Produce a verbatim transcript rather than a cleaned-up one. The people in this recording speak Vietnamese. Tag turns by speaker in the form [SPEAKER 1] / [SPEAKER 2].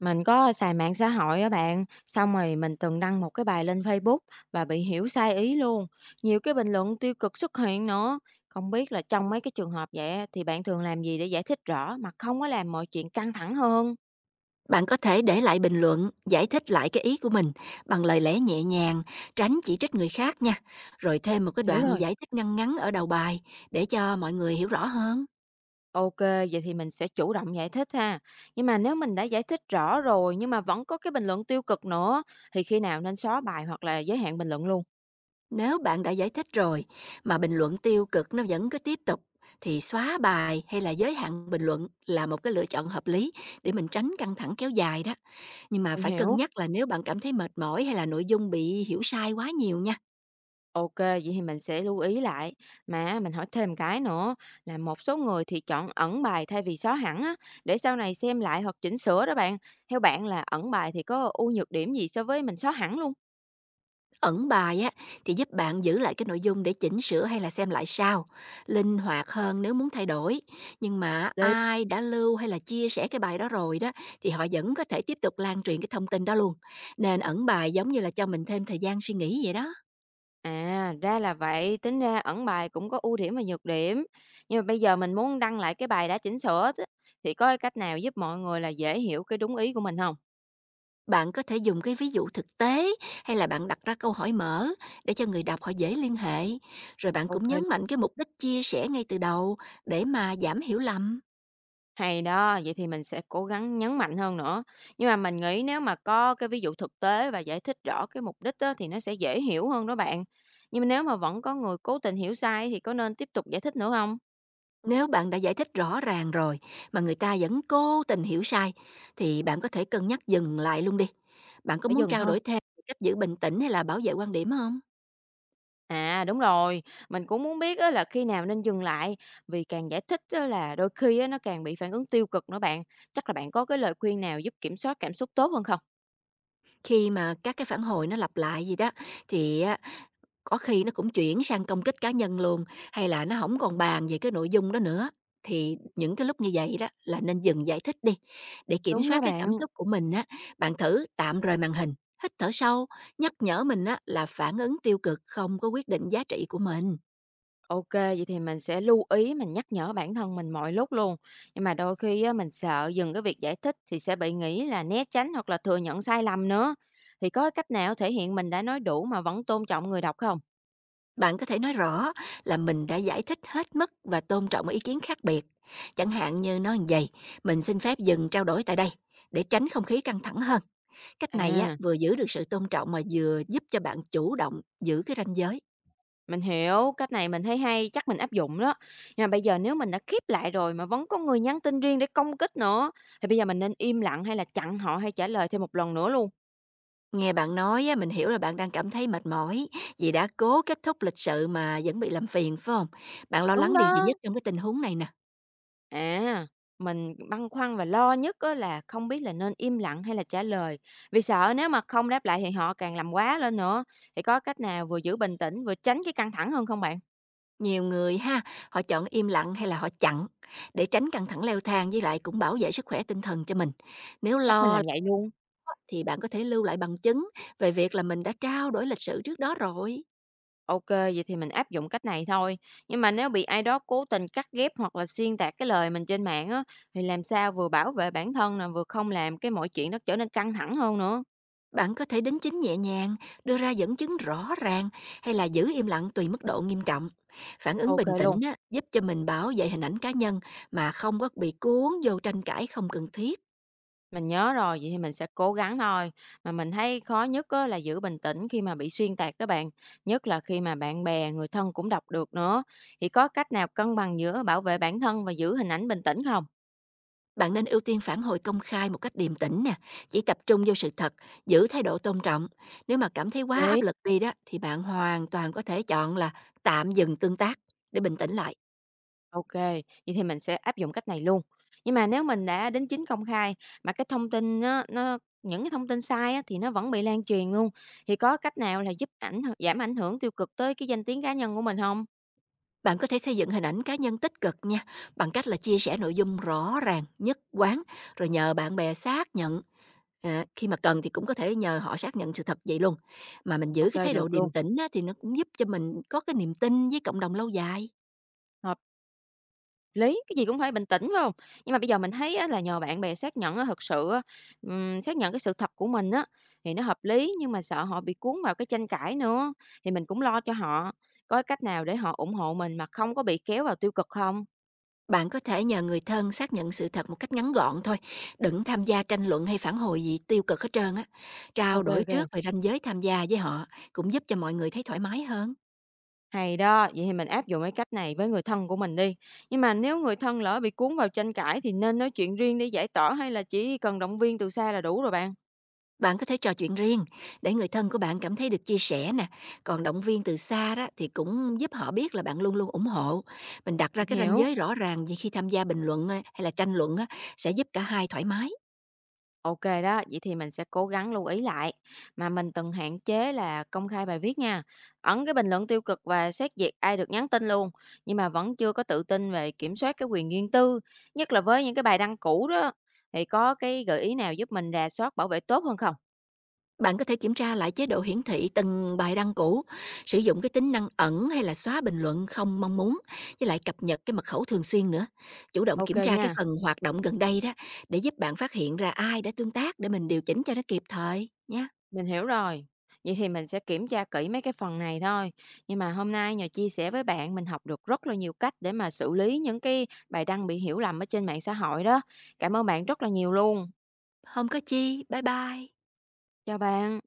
[SPEAKER 1] Mình có xài mạng xã hội á bạn, xong rồi mình từng đăng một cái bài lên Facebook và bị hiểu sai ý luôn. Nhiều cái bình luận tiêu cực xuất hiện nữa. Không biết là trong mấy cái trường hợp vậy á, thì bạn thường làm gì để giải thích rõ mà không có làm mọi chuyện căng thẳng hơn?
[SPEAKER 2] Bạn có thể để lại bình luận, giải thích lại cái ý của mình bằng lời lẽ nhẹ nhàng, tránh chỉ trích người khác nha. Rồi thêm một cái
[SPEAKER 1] Hiểu
[SPEAKER 2] đoạn
[SPEAKER 1] rồi.
[SPEAKER 2] giải thích ngăn ngắn ở đầu bài để cho mọi người hiểu rõ hơn.
[SPEAKER 1] Ok, vậy thì mình sẽ chủ động giải thích ha. Nhưng mà nếu mình đã giải thích rõ rồi nhưng mà vẫn có cái bình luận tiêu cực nữa thì khi nào nên xóa bài hoặc là giới hạn bình luận luôn?
[SPEAKER 2] Nếu bạn đã giải thích rồi mà bình luận tiêu cực nó vẫn cứ tiếp tục thì xóa bài hay là giới hạn bình luận là một cái lựa chọn hợp lý để mình tránh căng thẳng kéo dài đó. Nhưng mà
[SPEAKER 1] Mình
[SPEAKER 2] phải cân
[SPEAKER 1] hiểu.
[SPEAKER 2] nhắc là nếu bạn cảm thấy mệt mỏi hay là nội dung bị hiểu sai quá nhiều nha.
[SPEAKER 1] OK, vậy thì mình sẽ lưu ý lại. Mà mình hỏi thêm cái nữa là một số người thì chọn ẩn bài thay vì xóa hẳn á, để sau này xem lại hoặc chỉnh sửa đó bạn. Theo bạn là ẩn bài thì có ưu nhược điểm gì so với mình xóa hẳn luôn?
[SPEAKER 2] Ẩn bài á thì giúp bạn giữ lại cái nội dung để chỉnh sửa hay là xem lại sau, linh hoạt hơn nếu muốn thay đổi. Nhưng mà
[SPEAKER 1] Lý-
[SPEAKER 2] ai đã lưu hay là chia sẻ cái bài đó rồi đó thì họ vẫn có thể tiếp tục lan truyền cái thông tin đó luôn. Nên ẩn bài giống như là cho mình thêm thời gian suy nghĩ vậy đó.
[SPEAKER 1] À, ra là vậy, tính ra ẩn bài cũng có ưu điểm và nhược điểm. Nhưng mà bây giờ mình muốn đăng lại cái bài đã chỉnh sửa á, thì có cái cách nào giúp mọi người là dễ hiểu cái đúng ý của mình không?
[SPEAKER 2] Bạn có thể dùng cái ví dụ thực tế hay là bạn đặt ra câu hỏi mở để cho người đọc họ dễ liên hệ. Rồi bạn
[SPEAKER 1] Ok.
[SPEAKER 2] cũng nhấn mạnh cái mục đích chia sẻ ngay từ đầu để mà giảm hiểu lầm.
[SPEAKER 1] Hay đó, vậy thì mình sẽ cố gắng nhấn mạnh hơn nữa. Nhưng mà mình nghĩ nếu mà có cái ví dụ thực tế và giải thích rõ cái mục đích á, thì nó sẽ dễ hiểu hơn đó bạn. Nhưng mà nếu mà vẫn có người cố tình hiểu sai thì có nên tiếp tục giải thích nữa không?
[SPEAKER 2] Nếu bạn đã giải thích rõ ràng rồi mà người ta vẫn cố tình hiểu sai thì bạn có thể cân nhắc dừng lại luôn đi. Bạn có
[SPEAKER 1] Phải
[SPEAKER 2] muốn
[SPEAKER 1] dừng
[SPEAKER 2] trao
[SPEAKER 1] thôi.
[SPEAKER 2] đổi thêm về cách giữ bình tĩnh hay là bảo vệ quan điểm không?
[SPEAKER 1] À đúng rồi, mình cũng muốn biết á, là khi nào nên dừng lại vì càng giải thích á, là đôi khi á, nó càng bị phản ứng tiêu cực nữa bạn. Chắc là bạn có cái lời khuyên nào giúp kiểm soát cảm xúc tốt hơn không?
[SPEAKER 2] Khi mà các cái phản hồi nó lặp lại gì đó thì có khi nó cũng chuyển sang công kích cá nhân luôn, hay là nó hổng còn bàn về cái nội dung đó nữa. Thì những cái lúc như vậy đó là nên dừng giải thích đi, để kiểm
[SPEAKER 1] Đúng đó
[SPEAKER 2] soát cái cảm
[SPEAKER 1] bạn.
[SPEAKER 2] xúc của mình á, bạn thử tạm rời màn hình, hít thở sâu, nhắc nhở mình á là phản ứng tiêu cực không có quyết định giá trị của mình.
[SPEAKER 1] OK, vậy thì mình sẽ lưu ý mình nhắc nhở bản thân mình mọi lúc luôn. Nhưng mà đôi khi á, mình sợ dừng cái việc giải thích thì sẽ bị nghĩ là né tránh hoặc là thừa nhận sai lầm nữa. Thì có cách nào thể hiện mình đã nói đủ mà vẫn tôn trọng người đọc không?
[SPEAKER 2] Bạn có thể nói rõ là mình đã giải thích hết mức và tôn trọng ý kiến khác biệt. Chẳng hạn như nói như vậy: "Mình xin phép dừng trao đổi tại đây để tránh không khí căng thẳng hơn." Cách này á,
[SPEAKER 1] À,
[SPEAKER 2] vừa giữ được sự tôn trọng mà vừa giúp cho bạn chủ động giữ cái ranh giới.
[SPEAKER 1] mình hiểu, cách này mình thấy hay, chắc mình áp dụng đó. Nhưng mà bây giờ nếu mình đã khiếp lại rồi mà vẫn có người nhắn tin riêng để công kích nữa, thì bây giờ mình nên im lặng hay là chặn họ hay trả lời thêm một lần nữa luôn.
[SPEAKER 2] Nghe bạn nói á, mình hiểu là bạn đang cảm thấy mệt mỏi vì đã cố kết thúc lịch sự mà vẫn bị làm phiền phải không? Bạn lo
[SPEAKER 1] Đúng
[SPEAKER 2] lắng điều gì nhất
[SPEAKER 1] đó.
[SPEAKER 2] trong cái tình huống này nè?
[SPEAKER 1] À, mình băn khoăn và lo nhất á là không biết là nên im lặng hay là trả lời, vì sợ nếu mà không đáp lại thì họ càng làm quá lên nữa. Thì có cách nào vừa giữ bình tĩnh vừa tránh cái căng thẳng hơn không bạn?
[SPEAKER 2] Nhiều người ha, họ chọn im lặng hay là họ chặn để tránh căng thẳng leo thang với lại cũng bảo vệ sức khỏe tinh thần cho mình. Nếu
[SPEAKER 1] Chắc mình
[SPEAKER 2] lo
[SPEAKER 1] làm
[SPEAKER 2] lắng
[SPEAKER 1] vậy luôn.
[SPEAKER 2] á, thì bạn có thể lưu lại bằng chứng về việc là mình đã trao đổi lịch sự trước đó rồi.
[SPEAKER 1] Ok, vậy thì mình áp dụng cách này thôi. Nhưng mà nếu bị ai đó cố tình cắt ghép hoặc là xuyên tạc cái lời mình trên mạng á, thì làm sao vừa bảo vệ bản thân nè, vừa không làm cái mọi chuyện nó trở nên căng thẳng hơn nữa.
[SPEAKER 2] Bạn có thể đính chính nhẹ nhàng, đưa ra dẫn chứng rõ ràng hay là giữ im lặng tùy mức độ nghiêm trọng. Phản ứng
[SPEAKER 1] Ok
[SPEAKER 2] bình
[SPEAKER 1] luôn.
[SPEAKER 2] tĩnh á, giúp cho mình bảo vệ hình ảnh cá nhân mà không có bị cuốn vô tranh cãi không cần thiết.
[SPEAKER 1] Mình nhớ rồi, vậy thì mình sẽ cố gắng thôi. Mà mình thấy khó nhất á, là giữ bình tĩnh khi mà bị xuyên tạc đó bạn. Nhất là khi mà bạn bè, người thân cũng đọc được nữa. Thì có cách nào cân bằng giữa bảo vệ bản thân và giữ hình ảnh bình tĩnh không?
[SPEAKER 2] Bạn nên ưu tiên phản hồi công khai một cách điềm tĩnh nè, chỉ tập trung vô sự thật, giữ thái độ tôn trọng. Nếu mà cảm thấy quá
[SPEAKER 1] Đấy.
[SPEAKER 2] áp lực đi đó thì bạn hoàn toàn có thể chọn là tạm dừng tương tác để bình tĩnh lại.
[SPEAKER 1] Ok, vậy thì mình sẽ áp dụng cách này luôn. Nhưng mà nếu mình đã đính chính công khai mà cái thông tin nó, nó những cái thông tin sai á, thì nó vẫn bị lan truyền luôn. Thì có cách nào là giúp ảnh giảm ảnh hưởng tiêu cực tới cái danh tiếng cá nhân của mình không?
[SPEAKER 2] Bạn có thể xây dựng hình ảnh cá nhân tích cực nha, bằng cách là chia sẻ nội dung rõ ràng, nhất quán, rồi nhờ bạn bè xác nhận. À, khi mà cần thì cũng có thể nhờ họ xác nhận sự thật vậy luôn. Mà mình giữ
[SPEAKER 1] Ok,
[SPEAKER 2] cái thái độ
[SPEAKER 1] được
[SPEAKER 2] điềm
[SPEAKER 1] luôn.
[SPEAKER 2] tĩnh á, thì nó cũng giúp cho mình có cái niềm tin với cộng đồng lâu dài.
[SPEAKER 1] Thôi Lý, cái gì cũng phải bình tĩnh, phải không? Nhưng mà bây giờ mình thấy á là nhờ bạn bè xác nhận á, thực sự á, ừm, xác nhận cái sự thật của mình á, thì nó hợp lý, nhưng mà sợ họ bị cuốn vào cái tranh cãi nữa, thì mình cũng lo cho họ. Có cái cách nào để họ ủng hộ mình mà không có bị kéo vào tiêu cực không?
[SPEAKER 2] Bạn có thể nhờ người thân xác nhận sự thật một cách ngắn gọn thôi, đừng tham gia tranh luận hay phản hồi gì tiêu cực hết trơn á. Trao
[SPEAKER 1] Ok,
[SPEAKER 2] đổi
[SPEAKER 1] ok, ô.
[SPEAKER 2] trước về ranh giới tham gia với họ cũng giúp cho mọi người thấy thoải mái hơn.
[SPEAKER 1] Hay đó, vậy thì mình áp dụng cái cách này với người thân của mình đi. Nhưng mà nếu người thân lỡ bị cuốn vào tranh cãi thì nên nói chuyện riêng để giải tỏa hay là chỉ cần động viên từ xa là đủ rồi bạn?
[SPEAKER 2] Bạn có thể trò chuyện riêng để người thân của bạn cảm thấy được chia sẻ nè, còn động viên từ xa đó thì cũng giúp họ biết là bạn luôn luôn ủng hộ. Mình đặt ra
[SPEAKER 1] Mình
[SPEAKER 2] cái ranh
[SPEAKER 1] hiểu.
[SPEAKER 2] giới rõ ràng như khi tham gia bình luận á, hay là tranh luận á, sẽ giúp cả hai thoải mái.
[SPEAKER 1] OK đó, vậy thì mình sẽ cố gắng lưu ý lại. Mà mình từng hạn chế là công khai bài viết nha, ẩn cái bình luận tiêu cực và xét duyệt ai được nhắn tin luôn. Nhưng mà vẫn chưa có tự tin về kiểm soát cái quyền riêng tư, nhất là với những cái bài đăng cũ đó. Thì có cái gợi ý nào giúp mình rà soát bảo vệ tốt hơn không?
[SPEAKER 2] Bạn có thể kiểm tra lại chế độ hiển thị từng bài đăng cũ, sử dụng cái tính năng ẩn hay là xóa bình luận không mong muốn, với lại cập nhật cái mật khẩu thường xuyên nữa. Chủ động
[SPEAKER 1] OK
[SPEAKER 2] kiểm tra
[SPEAKER 1] nha,
[SPEAKER 2] cái phần hoạt động gần đây đó để giúp bạn phát hiện ra ai đã tương tác để mình điều chỉnh cho nó kịp thời nhé.
[SPEAKER 1] mình hiểu rồi. Vậy thì mình sẽ kiểm tra kỹ mấy cái phần này thôi. Nhưng mà hôm nay nhờ chia sẻ với bạn, mình học được rất là nhiều cách để mà xử lý những cái bài đăng bị hiểu lầm ở trên mạng xã hội đó. Cảm ơn bạn rất là nhiều luôn.
[SPEAKER 2] Không có chi, bye bye.
[SPEAKER 1] Chào bạn.